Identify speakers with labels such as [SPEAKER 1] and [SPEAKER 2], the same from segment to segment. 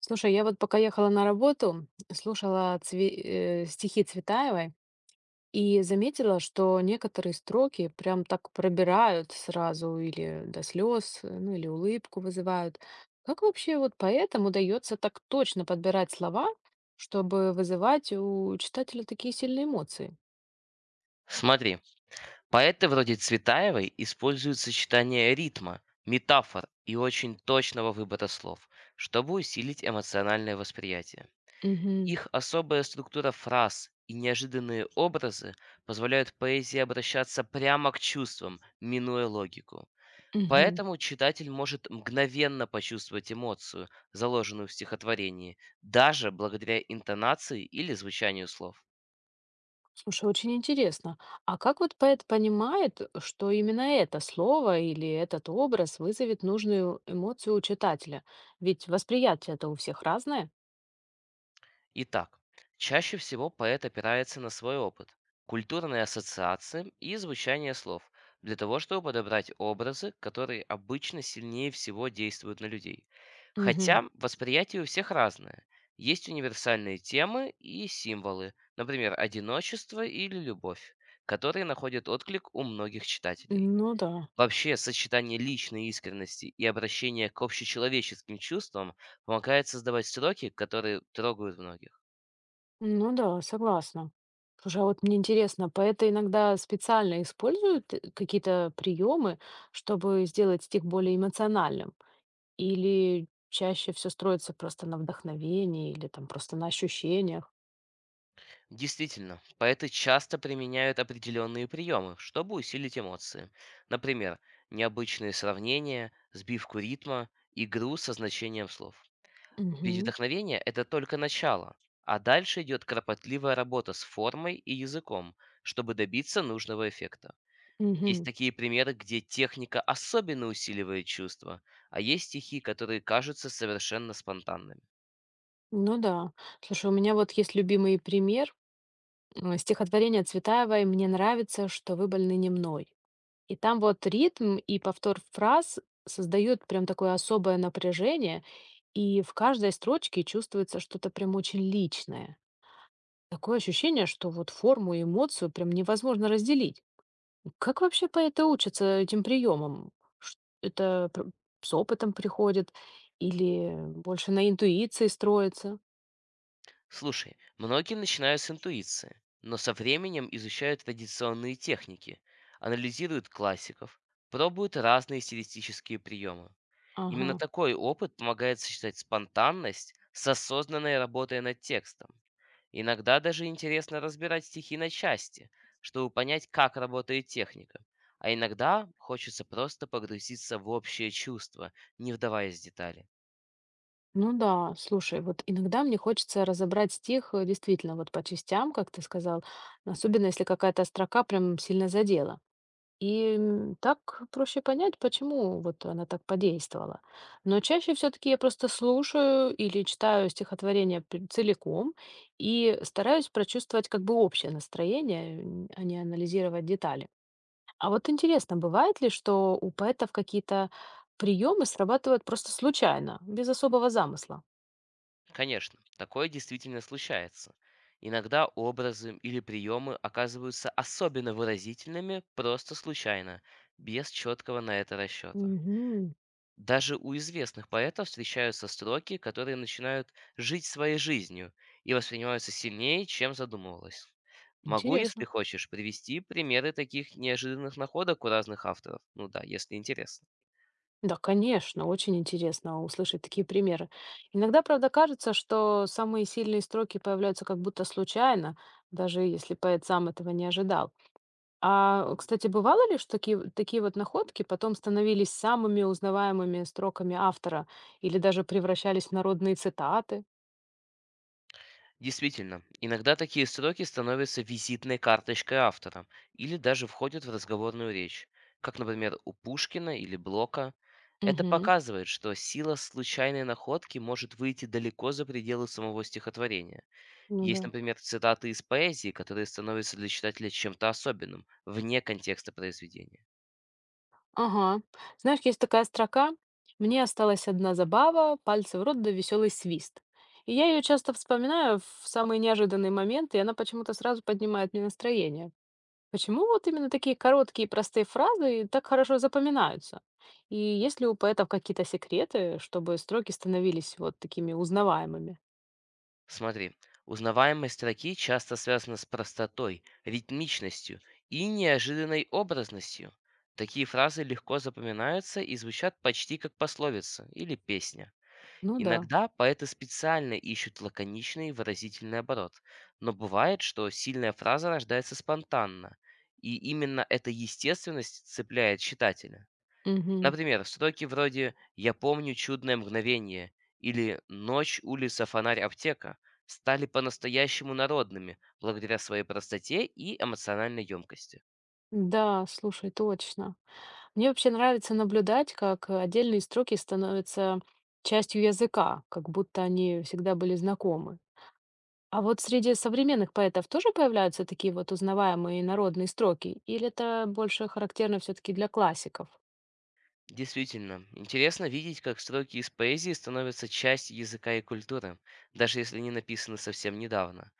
[SPEAKER 1] Слушай, я вот пока ехала на работу, слушала стихи Цветаевой и заметила, что некоторые строки прям так пробирают сразу или до слез, ну или улыбку вызывают. Как вообще вот поэтам удается так точно подбирать слова, чтобы вызывать у читателя такие сильные эмоции?
[SPEAKER 2] Смотри, поэты вроде Цветаевой используют сочетание ритма, метафор и очень точного выбора слов, чтобы усилить эмоциональное восприятие.
[SPEAKER 1] Угу.
[SPEAKER 2] Их особая структура фраз и неожиданные образы позволяют поэзии обращаться прямо к чувствам, минуя логику. Поэтому читатель может мгновенно почувствовать эмоцию, заложенную в стихотворении, даже благодаря интонации или звучанию слов.
[SPEAKER 1] Слушай, очень интересно. А как вот поэт понимает, что именно это слово или этот образ вызовет нужную эмоцию у читателя? Ведь восприятие это у всех разное.
[SPEAKER 2] Итак, чаще всего поэт опирается на свой опыт, культурные ассоциации и звучание слов, для того, чтобы подобрать образы, которые обычно сильнее всего действуют на людей.
[SPEAKER 1] Мгм.
[SPEAKER 2] Хотя восприятие у всех разное. Есть универсальные темы и символы, например, одиночество или любовь, которые находят отклик у многих читателей.
[SPEAKER 1] Ну да,
[SPEAKER 2] Вообще, сочетание личной искренности и обращения к общечеловеческим чувствам помогает создавать строки, которые трогают многих.
[SPEAKER 1] ну да, согласна. Слушай, а вот мне интересно, поэты иногда специально используют какие-то приемы, чтобы сделать стих более эмоциональным? Или чаще все строится просто на вдохновении или там просто на ощущениях?
[SPEAKER 2] Действительно, поэты часто применяют определенные приемы, чтобы усилить эмоции. Например, необычные сравнения, сбивку ритма, игру со значением слов. Ведь
[SPEAKER 1] Угу,
[SPEAKER 2] вдохновение– это только начало, а дальше идет кропотливая работа с формой и языком, чтобы добиться нужного эффекта. Есть
[SPEAKER 1] угу.
[SPEAKER 2] такие примеры, где техника особенно усиливает чувства, а есть стихи, которые кажутся совершенно спонтанными.
[SPEAKER 1] Ну да. Слушай, у меня вот есть любимый пример. Стихотворение Цветаевой «Мне нравится, что вы больны не мной». И там вот ритм и повтор фраз создают прям такое особое напряжение, и в каждой строчке чувствуется что-то прям очень личное. Такое ощущение, что вот форму и эмоцию прям невозможно разделить. Как вообще поэты учатся этим приемам? Это пр- с опытом приходит или больше на интуиции строится?
[SPEAKER 2] Слушай, многие начинают с интуиции, но со временем изучают традиционные техники, анализируют классиков, пробуют разные стилистические приемы. Именно
[SPEAKER 1] Ага.
[SPEAKER 2] такой опыт помогает сочетать спонтанность с осознанной работой над текстом. Иногда даже интересно разбирать стихи на части, чтобы понять, как работает техника. А иногда хочется просто погрузиться в общее чувство, не вдаваясь в детали.
[SPEAKER 1] Ну да, слушай, вот иногда мне хочется разобрать стих действительно вот по частям, как ты сказал, особенно если какая-то строка прям сильно задела. И так проще понять, почему вот она так подействовала. Но чаще все-таки я просто слушаю или читаю стихотворение целиком и стараюсь прочувствовать как бы общее настроение, а не анализировать детали. А вот интересно, бывает ли, что у поэтов какие-то приемы срабатывают просто случайно, без особого замысла?
[SPEAKER 2] Конечно, такое действительно случается. Иногда образы или приемы оказываются особенно выразительными просто случайно, без четкого на это расчета.
[SPEAKER 1] Мгм.
[SPEAKER 2] Даже у известных поэтов встречаются строки, которые начинают жить своей жизнью и воспринимаются сильнее, чем задумывалось. Могу, если
[SPEAKER 1] Интересно.
[SPEAKER 2] хочешь, привести примеры таких неожиданных находок у разных авторов. Ну да, если интересно.
[SPEAKER 1] Да, конечно, очень интересно услышать такие примеры. Иногда, правда, кажется, что самые сильные строки появляются как будто случайно, даже если поэт сам этого не ожидал. А, кстати, бывало ли, что такие вот находки потом становились самыми узнаваемыми строками автора или даже превращались в народные цитаты?
[SPEAKER 2] Действительно, иногда такие строки становятся визитной карточкой автора или даже входят в разговорную речь, как, например, у Пушкина или Блока. Это
[SPEAKER 1] Мгм.
[SPEAKER 2] показывает, что сила случайной находки может выйти далеко за пределы самого стихотворения.
[SPEAKER 1] Ну да.
[SPEAKER 2] Есть, например, цитаты из поэзии, которые становятся для читателя чем-то особенным, вне контекста произведения.
[SPEAKER 1] Ага. Знаешь, есть такая строка «Мне осталась одна забава, пальцы в рот да веселый свист». И я ее часто вспоминаю в самые неожиданные моменты, и она почему-то сразу поднимает мне настроение. Почему вот именно такие короткие и простые фразы так хорошо запоминаются? И есть ли у поэтов какие-то секреты, чтобы строки становились вот такими узнаваемыми?
[SPEAKER 2] Смотри, узнаваемость строки часто связана с простотой, ритмичностью и неожиданной образностью. Такие фразы легко запоминаются и звучат почти как пословица или песня.
[SPEAKER 1] Ну да.
[SPEAKER 2] Иногда поэты специально ищут лаконичный и выразительный оборот, но бывает, что сильная фраза рождается спонтанно, и именно эта естественность цепляет читателя.
[SPEAKER 1] Мгм.
[SPEAKER 2] Например, строки вроде «Я помню чудное мгновение» или «Ночь, улица, фонарь, аптека» стали по-настоящему народными благодаря своей простоте и эмоциональной емкости.
[SPEAKER 1] Да, слушай, точно. Мне вообще нравится наблюдать, как отдельные строки становятся частью языка, как будто они всегда были знакомы. А вот среди современных поэтов тоже появляются такие вот узнаваемые народные строки, или это больше характерно все-таки для классиков?
[SPEAKER 2] Действительно, интересно видеть, как строки из поэзии становятся частью языка и культуры, даже если они написаны совсем недавно.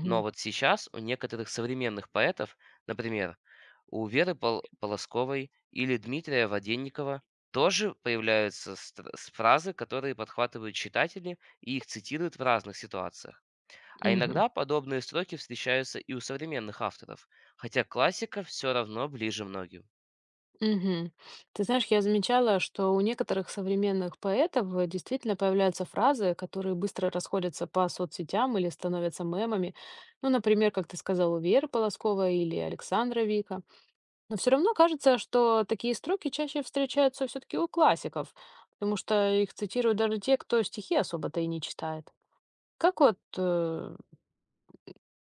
[SPEAKER 2] Но вот сейчас у некоторых современных поэтов, например, у Веры Полосковой или Дмитрия Воденникова, тоже появляются фразы, которые подхватывают читатели и их цитируют в разных ситуациях. А
[SPEAKER 1] Мгм.
[SPEAKER 2] иногда подобные строки встречаются и у современных авторов, хотя классика все равно ближе многим.
[SPEAKER 1] Мгм. Ты знаешь, я замечала, что у некоторых современных поэтов действительно появляются фразы, которые быстро расходятся по соцсетям или становятся мемами. Ну, например, как ты сказал, у Веры Полосковой или Александра Вика. Но все равно кажется, что такие строки чаще встречаются все-таки у классиков, потому что их цитируют даже те, кто стихи особо-то и не читает. Как вот э,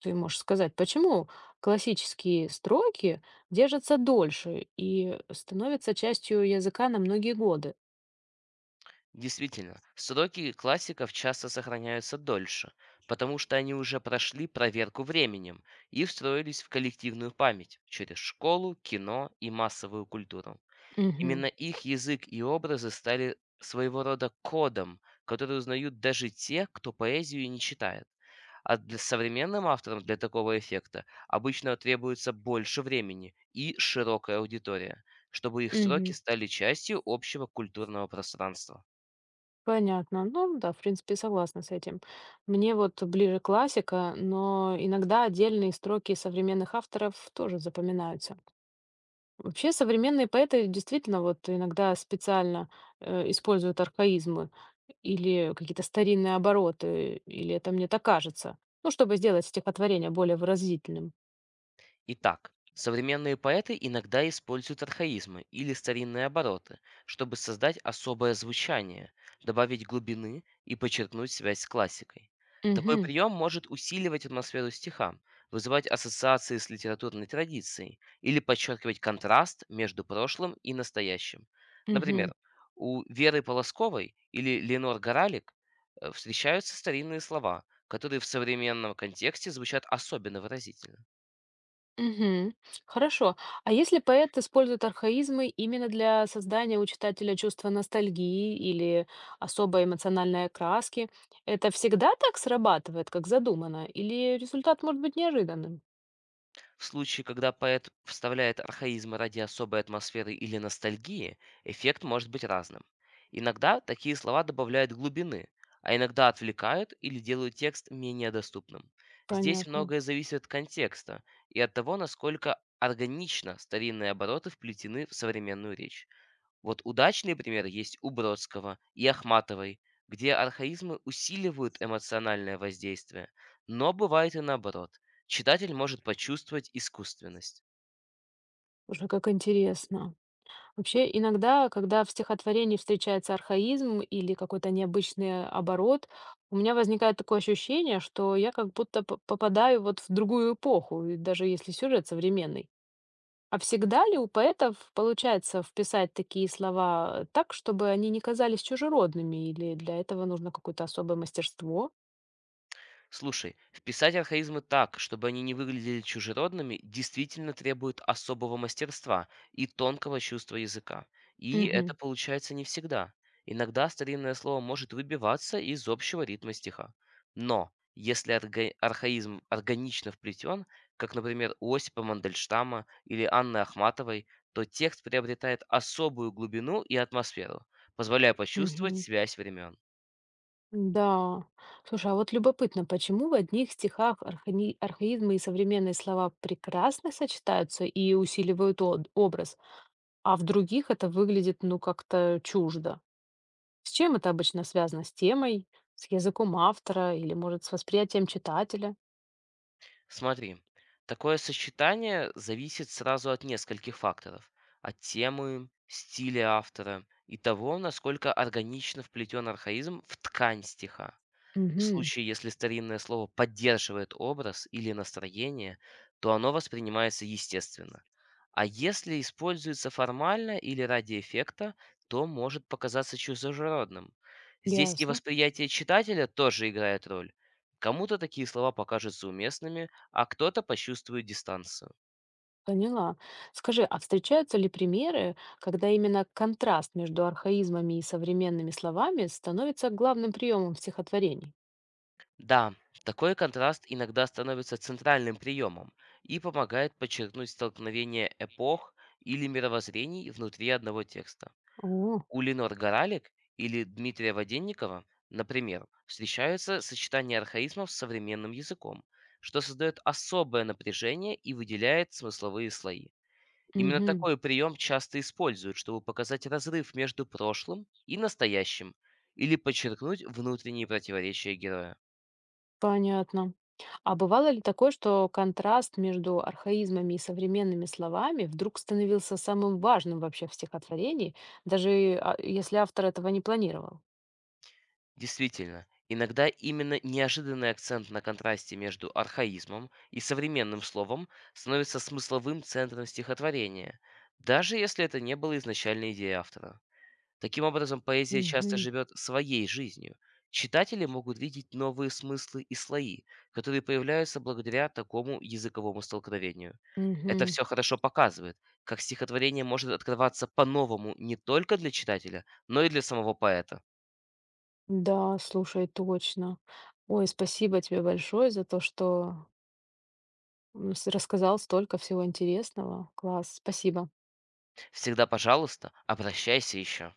[SPEAKER 1] Ты можешь сказать, почему классические строки держатся дольше и становятся частью языка на многие годы?
[SPEAKER 2] Действительно, сроки классиков часто сохраняются дольше, потому что они уже прошли проверку временем и встроились в коллективную память через школу, кино и массовую культуру. Именно
[SPEAKER 1] Мгм.
[SPEAKER 2] их язык и образы стали своего рода кодом, который узнают даже те, кто поэзию не читает. А для современным авторам для такого эффекта обычно требуется больше времени и широкая аудитория, чтобы их строки
[SPEAKER 1] Мгм.
[SPEAKER 2] стали частью общего культурного пространства.
[SPEAKER 1] Понятно. Ну да, в принципе, согласна с этим. Мне вот ближе классика, но иногда отдельные строки современных авторов тоже запоминаются. Вообще современные поэты действительно вот иногда специально используют архаизмы или какие-то старинные обороты, или это мне так кажется, ну, чтобы сделать стихотворение более выразительным.
[SPEAKER 2] Итак, современные поэты иногда используют архаизмы или старинные обороты, чтобы создать особое звучание, добавить глубины и подчеркнуть связь с классикой. Такой
[SPEAKER 1] Угу,
[SPEAKER 2] прием может усиливать атмосферу стиха, вызывать ассоциации с литературной традицией или подчеркивать контраст между прошлым и настоящим.
[SPEAKER 1] угу,
[SPEAKER 2] Например, у Веры Полосковой или Ленор Горалик встречаются старинные слова, которые в современном контексте звучат особенно выразительно.
[SPEAKER 1] угу. Хорошо. А если поэт использует архаизмы именно для создания у читателя чувства ностальгии или особой эмоциональной окраски, это всегда так срабатывает, как задумано, или результат может быть неожиданным?
[SPEAKER 2] В случае, когда поэт вставляет архаизмы ради особой атмосферы или ностальгии, эффект может быть разным. Иногда такие слова добавляют глубины, а иногда отвлекают или делают текст менее доступным. Здесь
[SPEAKER 1] Понятно.
[SPEAKER 2] многое зависит от контекста и от того, насколько органично старинные обороты вплетены в современную речь. Вот удачные примеры есть у Бродского и Ахматовой, где архаизмы усиливают эмоциональное воздействие, но бывает и наоборот. Читатель может почувствовать искусственность.
[SPEAKER 1] Уже как интересно. Вообще, иногда, когда в стихотворении встречается архаизм или какой-то необычный оборот, у меня возникает такое ощущение, что я как будто попадаю вот в другую эпоху, и даже если сюжет современный. А всегда ли у поэтов получается вписать такие слова так, чтобы они не казались чужеродными, или для этого нужно какое-то особое мастерство?
[SPEAKER 2] Слушай, вписать архаизмы так, чтобы они не выглядели чужеродными, действительно требует особого мастерства и тонкого чувства языка. И это
[SPEAKER 1] Мгм.
[SPEAKER 2] получается не всегда. Иногда старинное слово может выбиваться из общего ритма стиха. Но если архаизм органично вплетен, как, например, у Осипа Мандельштама или Анны Ахматовой, то текст приобретает особую глубину и атмосферу, позволяя почувствовать связь времен.
[SPEAKER 1] Да. Слушай, а вот любопытно, почему в одних стихах архаизмы и современные слова прекрасно сочетаются и усиливают образ, а в других это выглядит, ну, как-то чуждо? С чем это обычно связано? С темой, с языком автора или, может, с восприятием читателя?
[SPEAKER 2] Смотри, такое сочетание зависит сразу от нескольких факторов. От темы, стиля автора и того, насколько органично вплетен архаизм в ткань стиха. В
[SPEAKER 1] Угу,
[SPEAKER 2] случае, если старинное слово поддерживает образ или настроение, то оно воспринимается естественно. А если используется формально или ради эффекта, то может показаться чужеродным. Здесь и
[SPEAKER 1] ясно.
[SPEAKER 2] восприятие читателя тоже играет роль. Кому-то такие слова покажутся уместными, а кто-то почувствует дистанцию.
[SPEAKER 1] Поняла. Скажи, а встречаются ли примеры, когда именно контраст между архаизмами и современными словами становится главным приемом в стихотворений?
[SPEAKER 2] Да, такой контраст иногда становится центральным приемом и помогает подчеркнуть столкновение эпох или мировоззрений внутри одного текста.
[SPEAKER 1] О,
[SPEAKER 2] Улинор Горалик или Дмитрия Воденникова, например, встречаются сочетание архаизмов с современным языком, что создает особое напряжение и выделяет смысловые слои. Именно
[SPEAKER 1] угу.
[SPEAKER 2] такой прием часто используют, чтобы показать разрыв между прошлым и настоящим или подчеркнуть внутренние противоречия героя.
[SPEAKER 1] Понятно. А бывало ли такое, что контраст между архаизмами и современными словами вдруг становился самым важным вообще в стихотворении, даже если автор этого не планировал?
[SPEAKER 2] Действительно, иногда именно неожиданный акцент на контрасте между архаизмом и современным словом становится смысловым центром стихотворения, даже если это не было изначальной идеей автора. Таким образом, поэзия часто
[SPEAKER 1] Мгм.
[SPEAKER 2] живет своей жизнью. Читатели могут видеть новые смыслы и слои, которые появляются благодаря такому языковому столкновению. Это
[SPEAKER 1] Мгм.
[SPEAKER 2] все хорошо показывает, как стихотворение может открываться по-новому не только для читателя, но и для самого поэта.
[SPEAKER 1] Да, слушай, точно. Ой, спасибо тебе большое за то, что рассказал столько всего интересного. Класс, спасибо.
[SPEAKER 2] Всегда, пожалуйста, обращайся еще.